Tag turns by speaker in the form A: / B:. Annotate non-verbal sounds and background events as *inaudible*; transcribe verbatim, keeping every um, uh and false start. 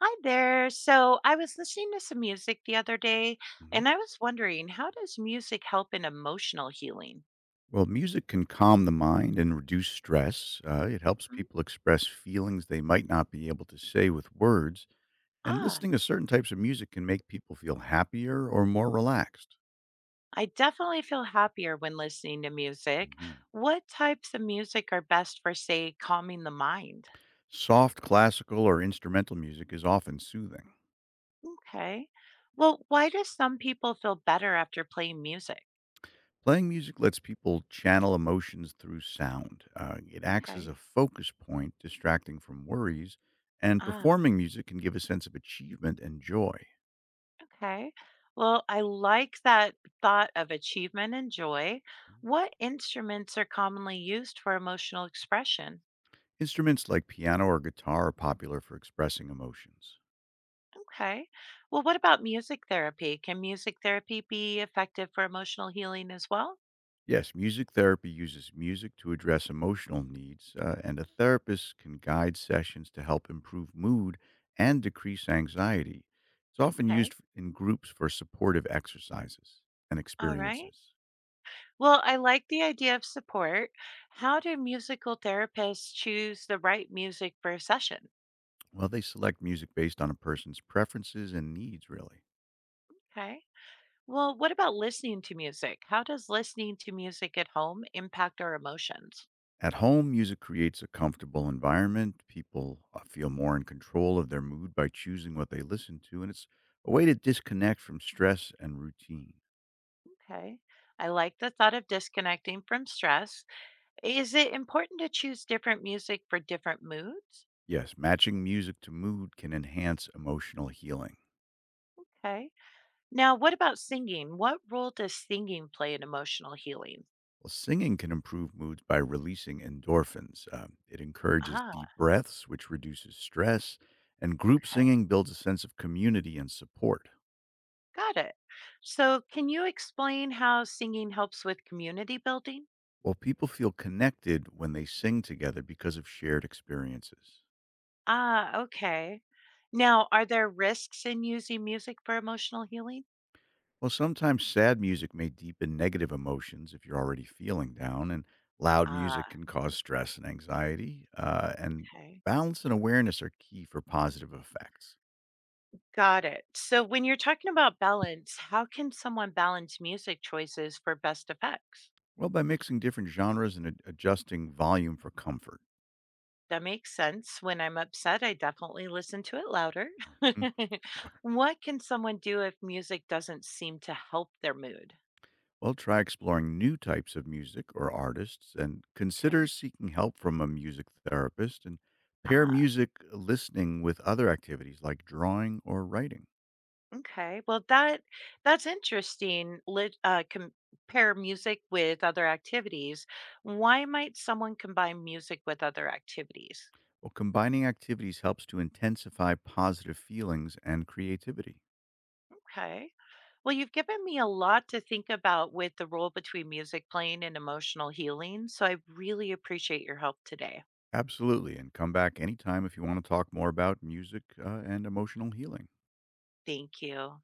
A: Hi there. So I was listening to some music the other day,
B: Mhm.
A: and I was wondering, how does music help in emotional healing?
B: Well, music can calm the mind and reduce stress. Uh, it helps
A: Mhm.
B: people express feelings they might not be able to say with words. And
A: Ah,
B: listening to certain types of music can make people feel happier or more relaxed.
A: I definitely feel happier when listening to music.
B: Mhm.
A: What types of music are best for, say, calming the mind?
B: Soft classical or instrumental music is often soothing.
A: Okay. Well, why do some people feel better after playing music?
B: Playing music lets people channel emotions through sound. Uh, it acts as
A: Okay.
B: a focus point, distracting from worries. And
A: Ah,
B: performing music can give a sense of achievement and joy.
A: okay. Well, I like that thought of achievement and joy. What instruments are commonly used for emotional expression?
B: Instruments like piano or guitar are popular for expressing emotions.
A: Okay. Well, what about music therapy? Can music therapy be effective for emotional healing as well?
B: Yes, music therapy uses music to address emotional needs, uh, and a therapist can guide sessions to help improve mood and decrease anxiety. It's often
A: Okay.
B: used f- in groups for supportive exercises and
A: All right.
B: experiences.
A: Well, I like the idea of support. How do musical therapists choose the right music for a session?
B: Well, they select music based on a person's preferences and needs, really.
A: Okay. Well, what about listening to music? How does listening to music at home impact our emotions?
B: At home, music creates a comfortable environment. People uh, feel more in control of their mood by choosing what they listen to, and it's a way to disconnect from stress and routine.
A: Okay. I like the thought of disconnecting from stress. Is it important to choose different music for different moods?
B: Yes, matching music to mood can enhance emotional healing.
A: Okay. Now, what about singing? What role does singing play in emotional healing?
B: Well, singing can improve moods by releasing endorphins. Um, it encourages
A: Ah,
B: deep breaths, which reduces stress, and group
A: okay.
B: singing builds a sense of community and support.
A: Got it. So, can you explain how singing helps with community building?
B: Well, people feel connected when they sing together because of shared experiences.
A: Ah, okay. Now, are there risks in using music for emotional healing?
B: Well, sometimes sad music may deepen negative emotions if you're already feeling down, and loud
A: Ah,
B: music can cause stress and anxiety. Uh, and
A: okay.
B: balance and awareness are key for positive effects.
A: Got it. So, when you're talking about balance, how can someone balance music choices for best effects?
B: Well, by mixing different genres and ad- adjusting volume for comfort.
A: That makes sense. When I'm upset, I definitely listen to it louder.
B: Hmm,
A: *laughs*
B: sure.
A: What can someone do if music doesn't seem to help their mood?
B: Well, try exploring new types of music or artists and consider
A: Okay.
B: seeking help from a music therapist and pair
A: Ah,
B: music uh, listening with other activities like drawing or writing.
A: okay. Well, that that's interesting. Lit, uh, compare music with other activities. Why might someone combine music with other activities?
B: Well, combining activities helps to intensify positive feelings and creativity.
A: Okay. Well, you've given me a lot to think about with the role between music playing and emotional healing. So I really appreciate your help today.
B: Absolutely. And come back anytime if you want to talk more about music uh, and emotional healing.
A: Thank you.